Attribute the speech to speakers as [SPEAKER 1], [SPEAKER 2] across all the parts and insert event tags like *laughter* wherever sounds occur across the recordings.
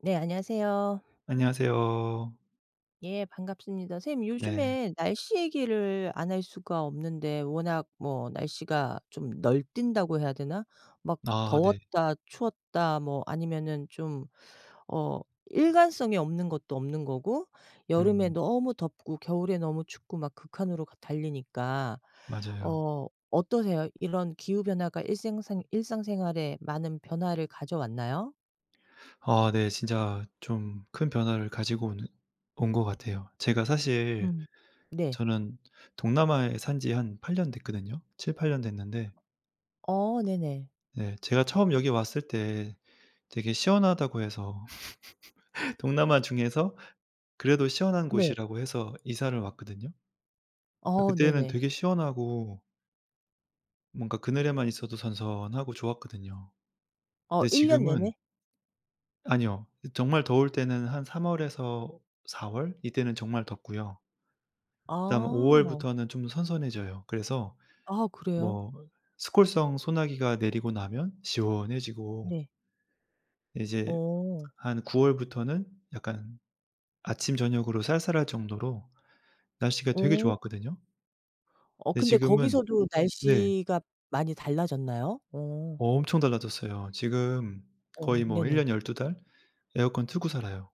[SPEAKER 1] 네, 안녕하세요.
[SPEAKER 2] 안녕하세요.
[SPEAKER 1] 예, 반갑습니다. 선생님,
[SPEAKER 2] 네.
[SPEAKER 1] 요즘에 날씨 얘기를 안 할 수가 없는데 워낙 뭐 날씨가 좀 널뛴다고 해야 되나? 막
[SPEAKER 2] 아 네.
[SPEAKER 1] 더웠다, 추웠다, 뭐 아니면은 좀 어, 일관성이 없는 것도 없는 거고 여름에
[SPEAKER 2] 음
[SPEAKER 1] 너무 덥고 겨울에 너무 춥고 막 극한으로 달리니까
[SPEAKER 2] 맞아요.
[SPEAKER 1] 어, 어떠세요? 이런 기후 변화가 일상생활에 많은 변화를 가져왔나요?
[SPEAKER 2] 아 네, 진짜 좀 큰 변화를 가지고 오는 온 것 같아요. 제가 사실
[SPEAKER 1] 음. 네.
[SPEAKER 2] 저는 동남아에 산 지 한 8년 됐거든요. 7-8년 됐는데
[SPEAKER 1] 어, 네네.
[SPEAKER 2] 네, 제가 처음 여기 왔을 때 되게 시원하다고 해서 *laughs* 동남아 중에서 그래도 시원한
[SPEAKER 1] 네.
[SPEAKER 2] 곳이라고 해서 이사를 왔거든요.
[SPEAKER 1] 어
[SPEAKER 2] 그때는
[SPEAKER 1] 네네.
[SPEAKER 2] 되게 시원하고 뭔가 그늘에만 있어도 선선하고 좋았거든요.
[SPEAKER 1] 어
[SPEAKER 2] 근데
[SPEAKER 1] 1 년
[SPEAKER 2] 지금은
[SPEAKER 1] 내내?
[SPEAKER 2] 아니요. 정말 더울 때는 한 3 월에서 4월, 이때는 정말 덥고요. 그다음에 5
[SPEAKER 1] 아.
[SPEAKER 2] 월부터는 좀 선선해져요. 그래서
[SPEAKER 1] 아 그래요?
[SPEAKER 2] 뭐 스콜성 소나기가 내리고 나면 시원해지고,
[SPEAKER 1] 네.
[SPEAKER 2] 이제
[SPEAKER 1] 어.
[SPEAKER 2] 한 9 월부터는 약간 아침 저녁으로 쌀쌀할 정도로 날씨가 되게
[SPEAKER 1] 어.
[SPEAKER 2] 좋았거든요.
[SPEAKER 1] 어
[SPEAKER 2] 근데
[SPEAKER 1] 근데
[SPEAKER 2] 지금은,
[SPEAKER 1] 거기서도
[SPEAKER 2] 네,
[SPEAKER 1] 날씨가 많이 달라졌나요? 어.
[SPEAKER 2] 엄청 달라졌어요. 지금
[SPEAKER 1] 어
[SPEAKER 2] 거의 뭐 1
[SPEAKER 1] 네네.
[SPEAKER 2] 년 12달 에어컨 틀고 살아요.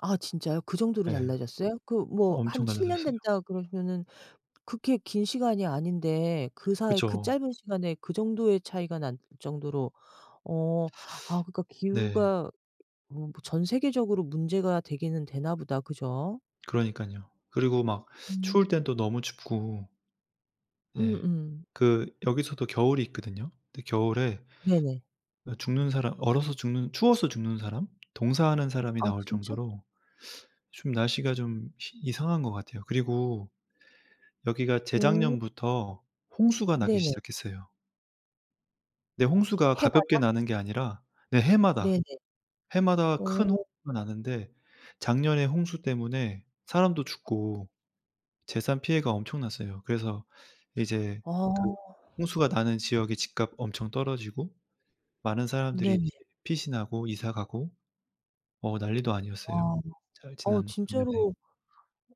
[SPEAKER 1] 아 진짜요? 그 정도로
[SPEAKER 2] 예.
[SPEAKER 1] 달라졌어요? 그 뭐 한
[SPEAKER 2] 엄청
[SPEAKER 1] 7년
[SPEAKER 2] 달라졌어요.
[SPEAKER 1] 된다 그러면은 그렇게 긴 시간이 아닌데 그 사이 그
[SPEAKER 2] 그쵸.
[SPEAKER 1] 짧은 시간에 그 정도의 차이가 날 정도로 어 아 그러니까
[SPEAKER 2] 네.
[SPEAKER 1] 기후가 어 뭐 전 세계적으로 문제가 되기는 되나 보다. 그죠?
[SPEAKER 2] 그러니깐요. 그리고 막
[SPEAKER 1] 음.
[SPEAKER 2] 추울 땐 또 너무 춥고. 예.
[SPEAKER 1] 음음.
[SPEAKER 2] 그 여기서도 겨울이 있거든요. 근데 겨울에
[SPEAKER 1] 네네.
[SPEAKER 2] 죽는 사람, 얼어서 죽는, 추워서 죽는 사람? 동사하는 사람이
[SPEAKER 1] 아
[SPEAKER 2] 나올
[SPEAKER 1] 진짜?
[SPEAKER 2] 정도로 좀 날씨가 좀 희 이상한 것 같아요. 그리고 여기가
[SPEAKER 1] 오
[SPEAKER 2] 재작년부터 홍수가 나기
[SPEAKER 1] 네네.
[SPEAKER 2] 시작했어요. 근데 홍수가 가볍게
[SPEAKER 1] 해바다?
[SPEAKER 2] 나는 게 아니라, 네, 해마다,
[SPEAKER 1] 네네.
[SPEAKER 2] 해마다 큰
[SPEAKER 1] 오,
[SPEAKER 2] 홍수가 나는데 작년에 홍수 때문에 사람도 죽고 재산 피해가 엄청났어요. 그래서 이제 그
[SPEAKER 1] 아
[SPEAKER 2] 홍수가 나는 지역의 집값 엄청 떨어지고 많은 사람들이
[SPEAKER 1] 네네.
[SPEAKER 2] 이제 핏이 나고 이사 가고 난리도 아니었어요.
[SPEAKER 1] 아.
[SPEAKER 2] 잘
[SPEAKER 1] 어
[SPEAKER 2] 지난 작년에.
[SPEAKER 1] 진짜로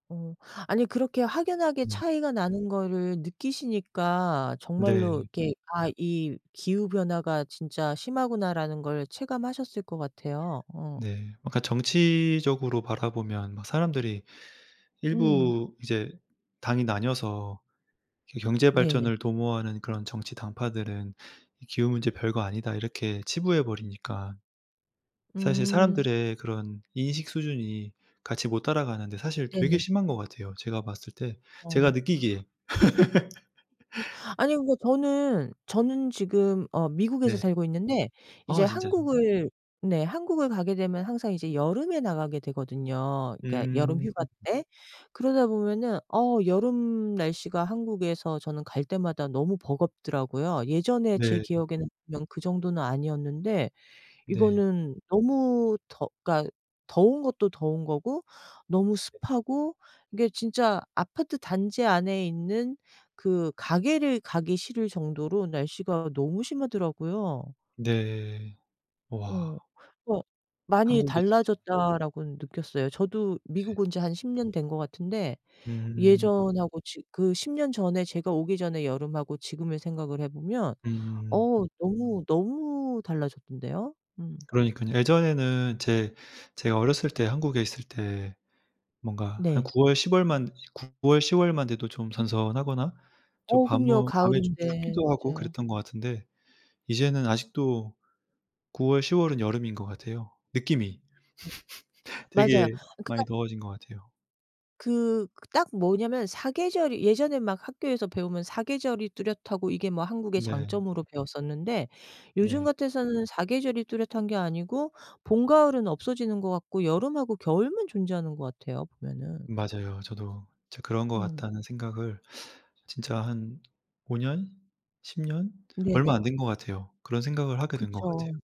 [SPEAKER 1] 어 아니 그렇게 확연하게
[SPEAKER 2] 네.
[SPEAKER 1] 차이가 나는 거를 느끼시니까 정말로
[SPEAKER 2] 네.
[SPEAKER 1] 이렇게 '아 이 기후 변화가 진짜 심하구나.'라는 걸 체감하셨을 것 같아요. 어.
[SPEAKER 2] 네. 그러니까 정치적으로 바라보면 막 사람들이
[SPEAKER 1] 음.
[SPEAKER 2] 일부 이제 당이 나뉘어서 이렇게 '경제
[SPEAKER 1] 네네.
[SPEAKER 2] 발전을 도모하는 그런 정치 당파들은 이 기후 문제 별거 아니다.' 이렇게 치부해 버리니까 사실
[SPEAKER 1] 음.
[SPEAKER 2] 사람들의 그런 인식 수준이 같이 못 따라가는데, 사실 되게
[SPEAKER 1] 네네.
[SPEAKER 2] 심한 것 같아요, 제가 봤을 때.
[SPEAKER 1] 어.
[SPEAKER 2] 제가 느끼기에.
[SPEAKER 1] 아니 그러니까 저는 지금 어 미국에서
[SPEAKER 2] 네.
[SPEAKER 1] 살고 있는데 이제
[SPEAKER 2] 아 진짜요?
[SPEAKER 1] 한국을 네 한국을 가게 되면 항상 이제 여름에 나가게 되거든요. 그러니까 여름
[SPEAKER 2] 음.
[SPEAKER 1] 휴가 때. 그러다 보면은 어 여름 날씨가 한국에서 저는 갈 때마다 너무 버겁더라고요. 예전에 제
[SPEAKER 2] 네.
[SPEAKER 1] 기억에는 분명 그 정도는 아니었는데
[SPEAKER 2] 네.
[SPEAKER 1] 이거는 너무 더 그러니까 더운 것도 더운 거고 너무 습하고 이게 진짜 아파트 단지 안에 있는 그 가게를 가기 싫을 정도로 날씨가 너무 심하더라고요.
[SPEAKER 2] 네. 와.
[SPEAKER 1] 어. 어 '많이
[SPEAKER 2] 한국이 진짜.
[SPEAKER 1] 달라졌다.'라고는 느꼈어요. 저도 미국 온 지 한 10년 된 것 같은데
[SPEAKER 2] 음.
[SPEAKER 1] 예전하고 지 그 10년 전에 제가 오기 전에 여름하고 지금을 생각을 해 보면
[SPEAKER 2] 음.
[SPEAKER 1] 어 너무, 너무 달라졌던데요. 음.
[SPEAKER 2] 그러니깐요. 예전에는 제 제가 어렸을 때 한국에 있을 때 뭔가 한
[SPEAKER 1] 네.
[SPEAKER 2] 9월 10 월만, 9월 10 월만 돼도 좀 선선하거나 좀
[SPEAKER 1] 어 그럼요.
[SPEAKER 2] 밤무 밤에 좀
[SPEAKER 1] 가을인데.
[SPEAKER 2] 춥기도 하고
[SPEAKER 1] 맞아요.
[SPEAKER 2] 그랬던 것 같은데 이제는 아직도 9월, 10월은 여름인 것 같아요. 느낌이.
[SPEAKER 1] 맞아요.
[SPEAKER 2] 되게
[SPEAKER 1] 그러니까
[SPEAKER 2] 많이 더워진 것 같아요.
[SPEAKER 1] 그 딱 뭐냐면 사계절이 예전에 막 학교에서 배우면 사계절이 뚜렷하고 이게 뭐 한국의
[SPEAKER 2] 네.
[SPEAKER 1] 장점으로 배웠었는데 요즘
[SPEAKER 2] 네.
[SPEAKER 1] 같아서는 사계절이 뚜렷한 게 아니고 봄, 가을은 없어지는 것 같고 여름하고 겨울만 존재하는 것 같아요 보면은.
[SPEAKER 2] 맞아요. 저도 진짜 그런 것
[SPEAKER 1] 음.
[SPEAKER 2] 같다는 생각을, 진짜 한 5 년? 10 년?
[SPEAKER 1] 네네.
[SPEAKER 2] 얼마 안 된 것 같아요. 그런 생각을 하게 된 것 같아요.
[SPEAKER 1] 그쵸.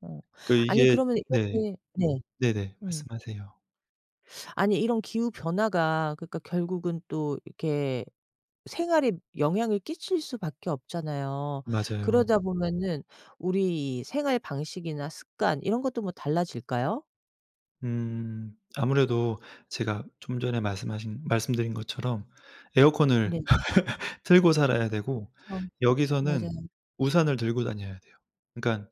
[SPEAKER 1] 어.
[SPEAKER 2] 그
[SPEAKER 1] 아니
[SPEAKER 2] 이게.
[SPEAKER 1] 그러면
[SPEAKER 2] 네.
[SPEAKER 1] 이렇게 네.
[SPEAKER 2] 네네.
[SPEAKER 1] 음.
[SPEAKER 2] 말씀하세요.
[SPEAKER 1] 아니 이런 기후 변화가 그러니까 결국은 또 이렇게 생활에 영향을 끼칠 수밖에 없잖아요.
[SPEAKER 2] 맞아요.
[SPEAKER 1] 그러다 보면은 우리 이 생활 방식이나 습관 이런 것도 뭐 달라질까요?
[SPEAKER 2] 음. 아무래도 제가 좀 전에 말씀하신 말씀드린 것처럼 에어컨을
[SPEAKER 1] 네.
[SPEAKER 2] *laughs* 틀고 살아야 되고
[SPEAKER 1] 그쵸. 맞아요.
[SPEAKER 2] 여기서는 우산을 들고 다녀야 돼요. 그러니까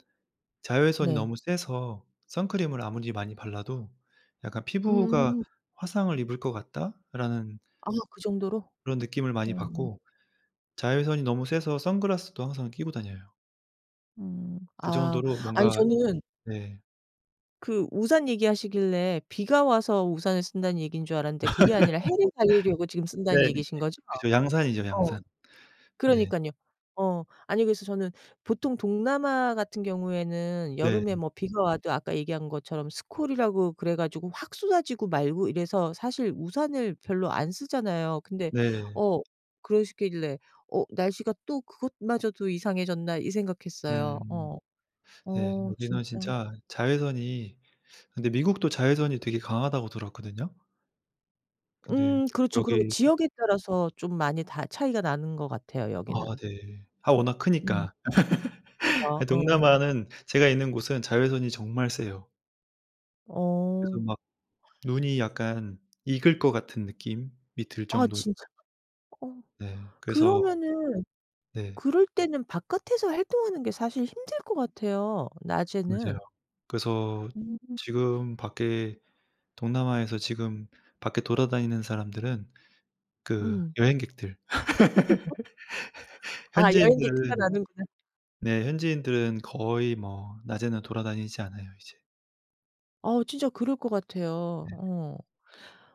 [SPEAKER 2] 자외선이
[SPEAKER 1] 네.
[SPEAKER 2] 너무 세서 선크림을 아무리 많이 발라도 약간 '피부가
[SPEAKER 1] 음.
[SPEAKER 2] 화상을 입을 것 같다.'라는
[SPEAKER 1] 아 그 정도로?
[SPEAKER 2] 그런 느낌을 많이
[SPEAKER 1] 어. 음.
[SPEAKER 2] 받고, 자외선이 너무 세서 선글라스도 항상 끼고 다녀요.
[SPEAKER 1] 음.
[SPEAKER 2] 그
[SPEAKER 1] 아.
[SPEAKER 2] 정도로
[SPEAKER 1] 아니
[SPEAKER 2] 뭔가.
[SPEAKER 1] 저는
[SPEAKER 2] 네.
[SPEAKER 1] 그 우산 얘기하시길래 비가 와서 우산을 쓴다는 얘기인 줄 알았는데 그게 아니라 해를 가리려고 지금
[SPEAKER 2] 네.
[SPEAKER 1] 쓴다는 얘기신 거죠?
[SPEAKER 2] 그죠. 양산이죠,
[SPEAKER 1] 어.
[SPEAKER 2] 양산. 네.
[SPEAKER 1] 그러니깐요. 어. 아니 그래서 저는 보통 동남아 같은 경우에는
[SPEAKER 2] 네.
[SPEAKER 1] 여름에 뭐 비가 와도 아까 얘기한 것처럼 스콜이라고 그래 가지고 확 쏟아지고 말고 이래서 사실 우산을 별로 안 쓰잖아요. 근데
[SPEAKER 2] 네.
[SPEAKER 1] 어 그러시길래 '어 날씨가 또 그것마저도 이상해졌나.' 이 생각했어요.
[SPEAKER 2] 음.
[SPEAKER 1] 어.
[SPEAKER 2] 네.
[SPEAKER 1] 어
[SPEAKER 2] 여기는
[SPEAKER 1] 진짜.
[SPEAKER 2] 진짜 자외선이, 근데 미국도 자외선이 되게 강하다고 들었거든요. 근데
[SPEAKER 1] 그렇죠. 그리고
[SPEAKER 2] 여기.
[SPEAKER 1] 지역에 따라서 좀 많이 다 차이가 나는 것 같아요 여기는.
[SPEAKER 2] 아 네. 아 워낙
[SPEAKER 1] 음.
[SPEAKER 2] 크니까. *laughs*
[SPEAKER 1] 그쵸.
[SPEAKER 2] 아,
[SPEAKER 1] 어.
[SPEAKER 2] 동남아는 제가 있는 곳은 자외선이 정말 세요. 그래서
[SPEAKER 1] 어.
[SPEAKER 2] 막 눈이 약간 익을 것 같은 느낌이 들
[SPEAKER 1] 아
[SPEAKER 2] 정도로.
[SPEAKER 1] 진짜. 어.
[SPEAKER 2] 네 그래서.
[SPEAKER 1] 그러면은
[SPEAKER 2] 네
[SPEAKER 1] 그럴 때는 바깥에서 활동하는 게 사실 힘들 것 같아요, 낮에는.
[SPEAKER 2] 맞아요. 그래서
[SPEAKER 1] 음.
[SPEAKER 2] 지금 밖에, 동남아에서 지금 밖에 돌아다니는 사람들은 그
[SPEAKER 1] 음.
[SPEAKER 2] 여행객들.
[SPEAKER 1] 아 여행객 티가
[SPEAKER 2] 현지인들은,
[SPEAKER 1] 나는구나.
[SPEAKER 2] 네, 현지인들은 거의 뭐 낮에는 돌아다니지 않아요 이제.
[SPEAKER 1] 어 진짜 그럴 것 같아요.
[SPEAKER 2] 네.
[SPEAKER 1] 어.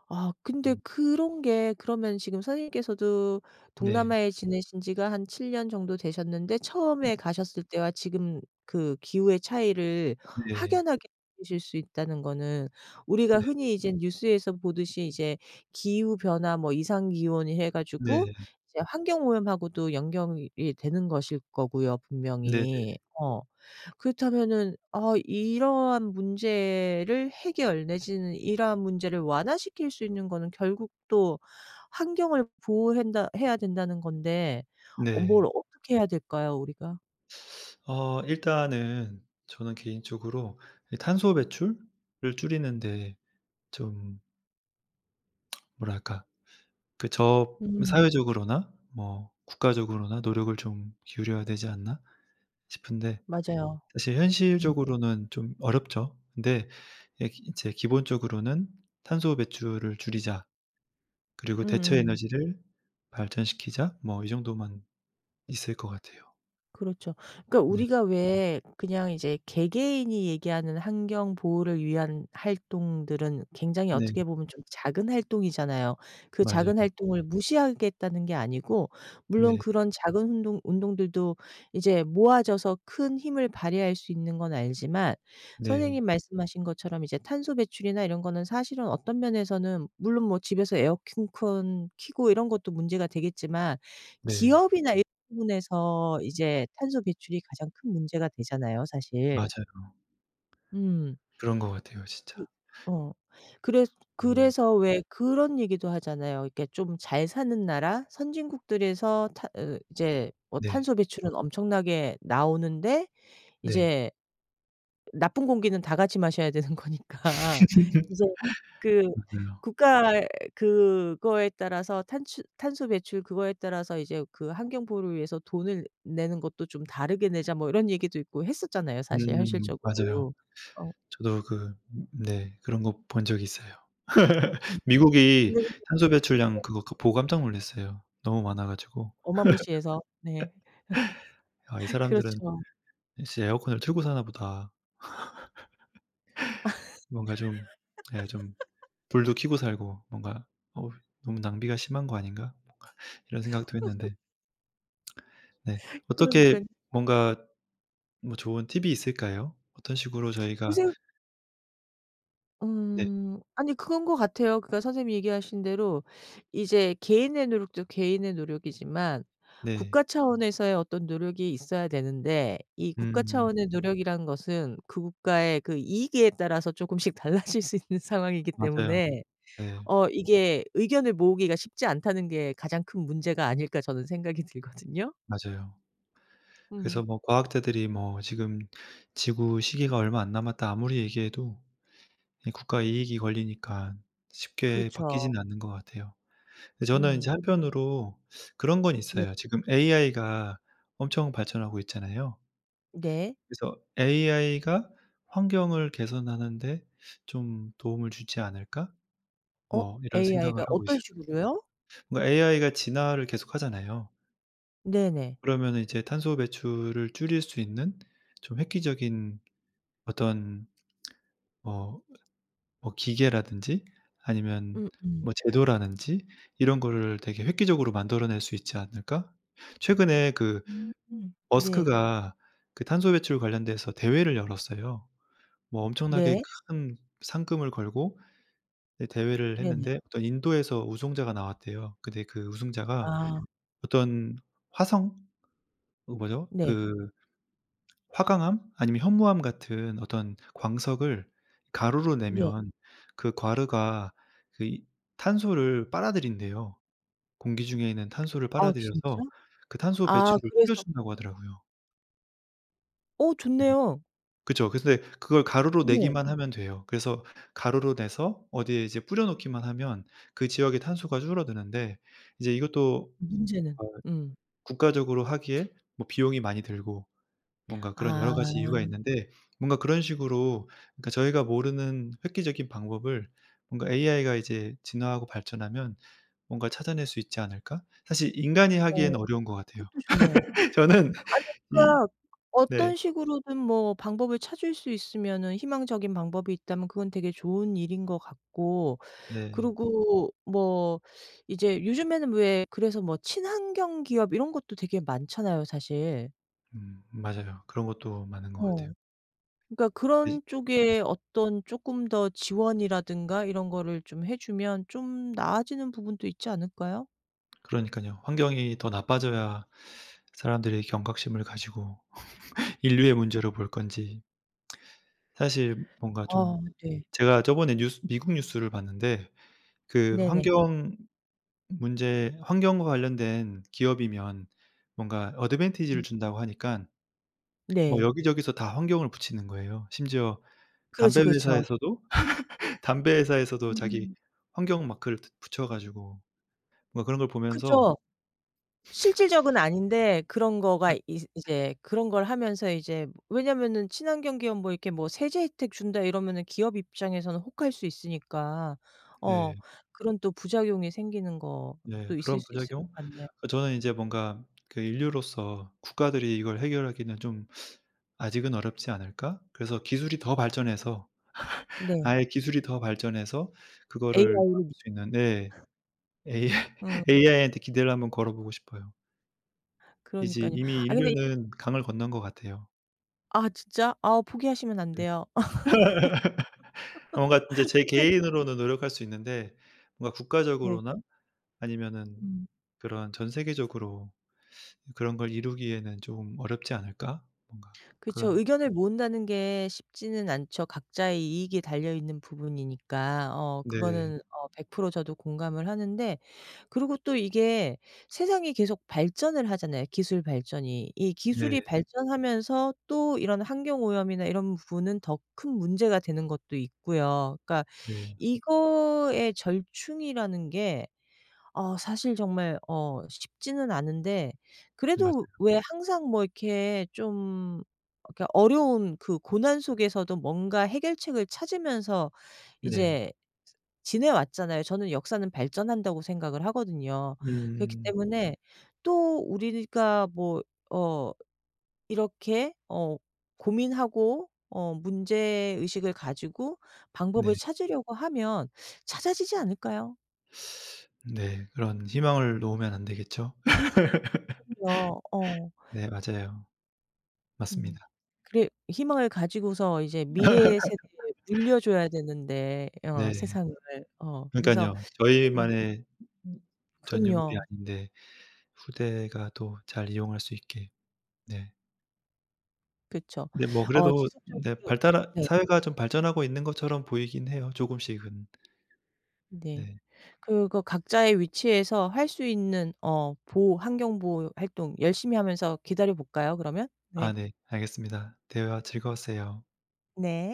[SPEAKER 1] 아 근데
[SPEAKER 2] 음.
[SPEAKER 1] 그런 게 그러면 지금 선생님께서도
[SPEAKER 2] 네.
[SPEAKER 1] 동남아에 지내신 지가 한 7년 정도 되셨는데 처음에 가셨을 때와 지금 그 기후의 차이를
[SPEAKER 2] 네.
[SPEAKER 1] 확연하게 느끼실 수 있다는 거는 우리가
[SPEAKER 2] 네.
[SPEAKER 1] 흔히 이제 뉴스에서 보듯이 이제 기후 변화 뭐 이상 기온이 해 가지고
[SPEAKER 2] 네.
[SPEAKER 1] 이제 환경 오염하고도 연결이 되는 것일 거고요
[SPEAKER 2] 네네. 네.
[SPEAKER 1] 분명히. 어. 그렇다면은 아 이러한 문제를 해결 내지는 이러한 문제를 완화시킬 수 있는 거는 결국 또 환경을 보호한다 해야 된다는 건데 어 뭘
[SPEAKER 2] 네.
[SPEAKER 1] 어떻게 해야 될까요, 우리가?
[SPEAKER 2] 일단은 저는 개인적으로 이 탄소 배출을 줄이는 데 좀, 뭐랄까, 그 저
[SPEAKER 1] 음
[SPEAKER 2] 사회적으로나 뭐 국가적으로나 노력을 좀 기울여야 되지 않나 싶은데,
[SPEAKER 1] 맞아요.
[SPEAKER 2] 사실
[SPEAKER 1] 음.
[SPEAKER 2] 현실적으로는 좀 어렵죠. 근데 예, 기 이제 기본적으로는 '탄소 배출을 줄이자. 그리고 대체
[SPEAKER 1] 음음.
[SPEAKER 2] 에너지를 발전시키자.' 뭐 이 정도만 있을 것 같아요.
[SPEAKER 1] 그렇죠. 그러니까
[SPEAKER 2] 네.
[SPEAKER 1] 우리가 왜 그냥 이제 개개인이 얘기하는 환경 보호를 위한 활동들은 굉장히
[SPEAKER 2] 네.
[SPEAKER 1] 어떻게 보면 좀 작은 활동이잖아요. 그
[SPEAKER 2] 맞아요.
[SPEAKER 1] 작은 활동을 무시하겠다는 게 아니고 물론
[SPEAKER 2] 네.
[SPEAKER 1] 그런 작은 운동들도 이제 모아져서 큰 힘을 발휘할 수 있는 건 알지만
[SPEAKER 2] 네.
[SPEAKER 1] 선생님 말씀하신 것처럼 이제 탄소 배출이나 이런 거는 사실은 어떤 면에서는 물론 뭐 집에서 에어컨 켜고 이런 것도 문제가 되겠지만
[SPEAKER 2] 네.
[SPEAKER 1] 기업이나 부분에서 이제 탄소 배출이 가장 큰 문제가 되잖아요, 사실.
[SPEAKER 2] 맞아요.
[SPEAKER 1] 음.
[SPEAKER 2] 그런 것 같아요 진짜.
[SPEAKER 1] 그 어. 그래
[SPEAKER 2] 음.
[SPEAKER 1] 그래서 왜 그런 얘기도 하잖아요. 이렇게 좀 잘 사는 나라 선진국들에서 타 으 이제 뭐
[SPEAKER 2] 네.
[SPEAKER 1] 탄소 배출은 엄청나게 나오는데
[SPEAKER 2] 네.
[SPEAKER 1] 이제 나쁜 공기는 다 같이 마셔야 되는 거니까 *laughs* 이제 그
[SPEAKER 2] 맞아요.
[SPEAKER 1] 국가 그거에 따라서 탄수 탄소 배출 그거에 따라서 이제 그 환경 보호를 위해서 돈을 내는 것도 좀 다르게 내자 뭐 이런 얘기도 있고 했었잖아요 사실
[SPEAKER 2] 맞아요.
[SPEAKER 1] 현실적으로. 어
[SPEAKER 2] 저도 그, 네, 그런 거 본 적 있어요.
[SPEAKER 1] 음.
[SPEAKER 2] *laughs* 미국이
[SPEAKER 1] 근데 이제
[SPEAKER 2] 탄소 배출량, 그거 그 보고 깜짝 놀랐어요. 너무 많아 가지고
[SPEAKER 1] 어마무시해서 네.
[SPEAKER 2] '아, 이
[SPEAKER 1] *laughs*
[SPEAKER 2] 사람들은
[SPEAKER 1] 그렇죠.
[SPEAKER 2] 진짜 에어컨을 틀고 사나 보다.' 뭔가 좀, 예, 좀 불도 켜고 살고 뭔가 '어우 너무 낭비가 심한 거 아닌가?' 이런 생각도 했는데. 네.
[SPEAKER 1] 그러니
[SPEAKER 2] 어떻게
[SPEAKER 1] 까
[SPEAKER 2] 뭔가. 뭐 좋은 팁이 있을까요? 어떤 식으로 저희가.
[SPEAKER 1] 그래서
[SPEAKER 2] 네.
[SPEAKER 1] 아니 그건 것 같아요. 그러니까 선생님이 얘기하신 대로 이제 개인의 노력도 개인의 노력이지만
[SPEAKER 2] 네.
[SPEAKER 1] 국가 차원에서의 어떤 노력이 있어야 되는데 이 국가
[SPEAKER 2] 음
[SPEAKER 1] 차원의 노력이라는 것은 그 국가의 그 이익에 따라서 조금씩 *laughs* 달라질 수 있는 상황이기
[SPEAKER 2] 맞아요.
[SPEAKER 1] 때문에
[SPEAKER 2] 네
[SPEAKER 1] 어 이게 의견을 모으기가 쉽지 않다는 게 가장 큰 문제가 아닐까 저는 생각이 들거든요.
[SPEAKER 2] 맞아요.
[SPEAKER 1] 음.
[SPEAKER 2] 그래서 뭐 과학자들이 뭐 지금 "지구 시계가 얼마 안 남았다." 아무리 얘기해도 이 국가 이익이 걸리니까 쉽게
[SPEAKER 1] 그렇죠.
[SPEAKER 2] 바뀌지는 않는 것 같아요. 근데 저는 인제
[SPEAKER 1] 음.
[SPEAKER 2] 한편으로 그런 건
[SPEAKER 1] 네.
[SPEAKER 2] 있어요. 지금 AI가 엄청 발전하고 있잖아요.
[SPEAKER 1] 네.
[SPEAKER 2] 그래서 'AI가 환경을 개선하는데 좀 도움을 주지 않을까?'
[SPEAKER 1] 어
[SPEAKER 2] 뭐 이런 생각을
[SPEAKER 1] AI가
[SPEAKER 2] 하고
[SPEAKER 1] 어떤
[SPEAKER 2] 있어요.
[SPEAKER 1] 식으로요?
[SPEAKER 2] 뭔가 AI가 진화를 계속하잖아요.
[SPEAKER 1] 네네.
[SPEAKER 2] 그러면은 이제 탄소 배출을 줄일 수 있는 좀 획기적인 어떤, 뭐 기계라든지 아니면
[SPEAKER 1] 음음.
[SPEAKER 2] 뭐 제도라든지 이런 거를 되게 획기적으로 만들어낼 수 있지 않을까? 최근에 그
[SPEAKER 1] 음. 네.
[SPEAKER 2] 머스크가 그 탄소 배출 관련돼서 대회를 열었어요. 뭐 엄청나게
[SPEAKER 1] 네.
[SPEAKER 2] 큰 상금을 걸고, 네, 대회를
[SPEAKER 1] 네네.
[SPEAKER 2] 했는데 어떤 인도에서 우승자가 나왔대요. 근데 그 우승자가
[SPEAKER 1] 아
[SPEAKER 2] 어떤 화성? 그 뭐죠?
[SPEAKER 1] 네.
[SPEAKER 2] 그 화강암 아니면 현무암 같은 어떤 광석을 가루로
[SPEAKER 1] 네.
[SPEAKER 2] 내면, 그과루가 그 이 탄소를 빨아들인대요. 공기 중에 있는 탄소를
[SPEAKER 1] 아 진짜?
[SPEAKER 2] 빨아들여서 그 탄소
[SPEAKER 1] 아
[SPEAKER 2] 배출을 줄여
[SPEAKER 1] 그래서
[SPEAKER 2] 준다고 하더라고요.
[SPEAKER 1] 어
[SPEAKER 2] 네.
[SPEAKER 1] 좋네요.
[SPEAKER 2] 그쵸. 근데 그걸 가루로
[SPEAKER 1] 네.
[SPEAKER 2] 내기만 하면 돼요. 그래서 가루로 내서 어디에 이제 뿌려 놓기만 하면 그 지역의 탄소가 줄어드는데 이제 이것도,
[SPEAKER 1] 문제는.
[SPEAKER 2] 어
[SPEAKER 1] 음.
[SPEAKER 2] 국가적으로 하기에 뭐 비용이 많이 들고 뭔가 그런 여러 가지 이유가
[SPEAKER 1] 아.
[SPEAKER 2] 있는데, 뭔가 그런 식으로, 그러니까 저희가 모르는 획기적인 방법을 뭔가 'AI가 이제 진화하고 발전하면 뭔가 찾아낼 수 있지 않을까?' 사실 인간이 하기
[SPEAKER 1] 어
[SPEAKER 2] 엔 어려운 것 같아요.
[SPEAKER 1] 그것도 좋네요.
[SPEAKER 2] *laughs* 저는
[SPEAKER 1] 아니
[SPEAKER 2] 이.
[SPEAKER 1] 그러니까
[SPEAKER 2] 네.
[SPEAKER 1] 어떤 식으로든 뭐 방법을 찾을 수 있으면은 희망적인 방법이 있다면 그건 되게 좋은 일인 것 같고
[SPEAKER 2] 네.
[SPEAKER 1] 그리고 뭐 이제 요즘에는 왜 그래서 뭐 친환경 기업 이런 것도 되게 많잖아요 사실.
[SPEAKER 2] 맞아요. 그런 것도 많은 것 같아요.
[SPEAKER 1] 어. 그러니까
[SPEAKER 2] 이
[SPEAKER 1] 그런 쪽에 어떤 조금 더 지원이라든가 이런 거를 좀 해 주면 좀 나아지는 부분도 있지 않을까요?
[SPEAKER 2] 그러니깐요. 환경이 더 나빠져야 사람들이 경각심을 가지고 인류의 문제로 볼 건지. 사실 뭔가 좀.
[SPEAKER 1] 아 네.
[SPEAKER 2] 제가 저번에 뉴스 미국 뉴스를 봤는데 그
[SPEAKER 1] 네네.
[SPEAKER 2] 환경과 관련된 기업이면 뭔가 어드밴티지를
[SPEAKER 1] 음.
[SPEAKER 2] 준다고 하니까 뭐
[SPEAKER 1] 네.
[SPEAKER 2] 여기저기서 다 환경을 붙이는 거예요. 심지어
[SPEAKER 1] 그렇죠,
[SPEAKER 2] 담배
[SPEAKER 1] 그렇죠.
[SPEAKER 2] 회사에서도 *laughs* 담배 회사에서도 자기
[SPEAKER 1] 음.
[SPEAKER 2] 환경 마크를 붙여 가지고 뭔가 그런 걸 보면서.
[SPEAKER 1] 그쵸. 실질적은 아닌데 그런 거가 이제 그런 걸 하면서 이제 왜냐면은 친환경 기업 뭐 이렇게 뭐 세제 혜택 준다 이러면은 기업 입장에서는 혹할 수 있으니까 어
[SPEAKER 2] 네.
[SPEAKER 1] 그런 또 부작용이 생기는
[SPEAKER 2] 네
[SPEAKER 1] 것도 있을
[SPEAKER 2] 그런
[SPEAKER 1] 수 있을 것
[SPEAKER 2] 부작용.
[SPEAKER 1] 같네요.
[SPEAKER 2] 그 저는 이제 뭔가 그, '인류로서 국가들이 이걸 해결하기는 좀 아직은 어렵지 않을까?' 그래서 기술이 더 발전해서,
[SPEAKER 1] 네.
[SPEAKER 2] 아예 기술이 더 발전해서 그거를
[SPEAKER 1] AI로
[SPEAKER 2] 막을 수 있는. 네. AI.
[SPEAKER 1] 음.
[SPEAKER 2] AI한테 *laughs* 기대를 한번 걸어보고 싶어요. 이제
[SPEAKER 1] 그러니깐요.
[SPEAKER 2] 이미
[SPEAKER 1] 아 근데
[SPEAKER 2] 인류는 강을 건넌 것 같아요.
[SPEAKER 1] 아 진짜? 아 포기하시면 안
[SPEAKER 2] 네.
[SPEAKER 1] 돼요. *laughs*
[SPEAKER 2] 뭔가 인제 제
[SPEAKER 1] 포기하시면
[SPEAKER 2] 개인으로는 노력할 수 있는데 뭔가
[SPEAKER 1] 네.
[SPEAKER 2] 국가적으로나 아니면은
[SPEAKER 1] 음.
[SPEAKER 2] 그런 전 세계적으로 그런 걸 이루기에는 좀 어렵지 않을까? 뭔가
[SPEAKER 1] 그쵸.
[SPEAKER 2] 그런.
[SPEAKER 1] 의견을 모은다는 게 쉽지는 않죠. 각자의 이익이 달려있는 부분이니까. 어
[SPEAKER 2] 네.
[SPEAKER 1] 그거는 어 100% 저도 공감을 하는데 그리고 또 이게 세상이 계속 발전을 하잖아요, 기술 발전이. 이
[SPEAKER 2] 네.
[SPEAKER 1] 기술이 발전하면서 또 이런 환경오염이나 이런 부분은 더 큰 문제가 되는 것도 있고요. 그러니까
[SPEAKER 2] 네.
[SPEAKER 1] 이거의 절충이라는 게 어 사실 정말 어 쉽지는 않은데
[SPEAKER 2] 맞아요.
[SPEAKER 1] 그래도 왜 네. 항상 뭐 이렇게 좀 이렇게 어려운 그 고난 속에서도 뭔가 해결책을 찾으면서
[SPEAKER 2] 네.
[SPEAKER 1] 이제 지내왔잖아요. 저는 역사는 발전한다고 생각을 하거든요. 그렇기
[SPEAKER 2] 음.
[SPEAKER 1] 때문에 또 우리가 뭐 어 이렇게 어 고민하고 어 문제 의식을 가지고 방법을
[SPEAKER 2] 네.
[SPEAKER 1] 찾으려고 하면 찾아지지 않을까요?
[SPEAKER 2] 네. 그런 희망을 놓으면 안 되겠죠? *laughs*
[SPEAKER 1] 그 어.
[SPEAKER 2] 네. 맞아요. 맞습니다.
[SPEAKER 1] 음. 그래 희망을 가지고서 이제 미래 세대에 물려줘야 되는데 어
[SPEAKER 2] 네.
[SPEAKER 1] 세상을. 어 그래서
[SPEAKER 2] 그러니깐요.
[SPEAKER 1] 좀
[SPEAKER 2] 저희만의 음. 전유물이
[SPEAKER 1] 그럼요.
[SPEAKER 2] 아닌데 후대가 또 잘 이용할 수 있게. 네.
[SPEAKER 1] 그쵸.
[SPEAKER 2] 근데 뭐
[SPEAKER 1] 어
[SPEAKER 2] 그래도 네
[SPEAKER 1] 지속적으로
[SPEAKER 2] 발달하
[SPEAKER 1] 네.
[SPEAKER 2] 사회가 좀 발전하고 있는 것처럼 보이긴 해요, 조금씩은.
[SPEAKER 1] 네.
[SPEAKER 2] 네.
[SPEAKER 1] 그거 각자의 위치에서 할 수 있는 어 보호 환경 보호 활동 열심히 하면서 기다려 볼까요, 그러면? 네.
[SPEAKER 2] 아 네. 알겠습니다. 대화 즐거웠어요.
[SPEAKER 1] 네.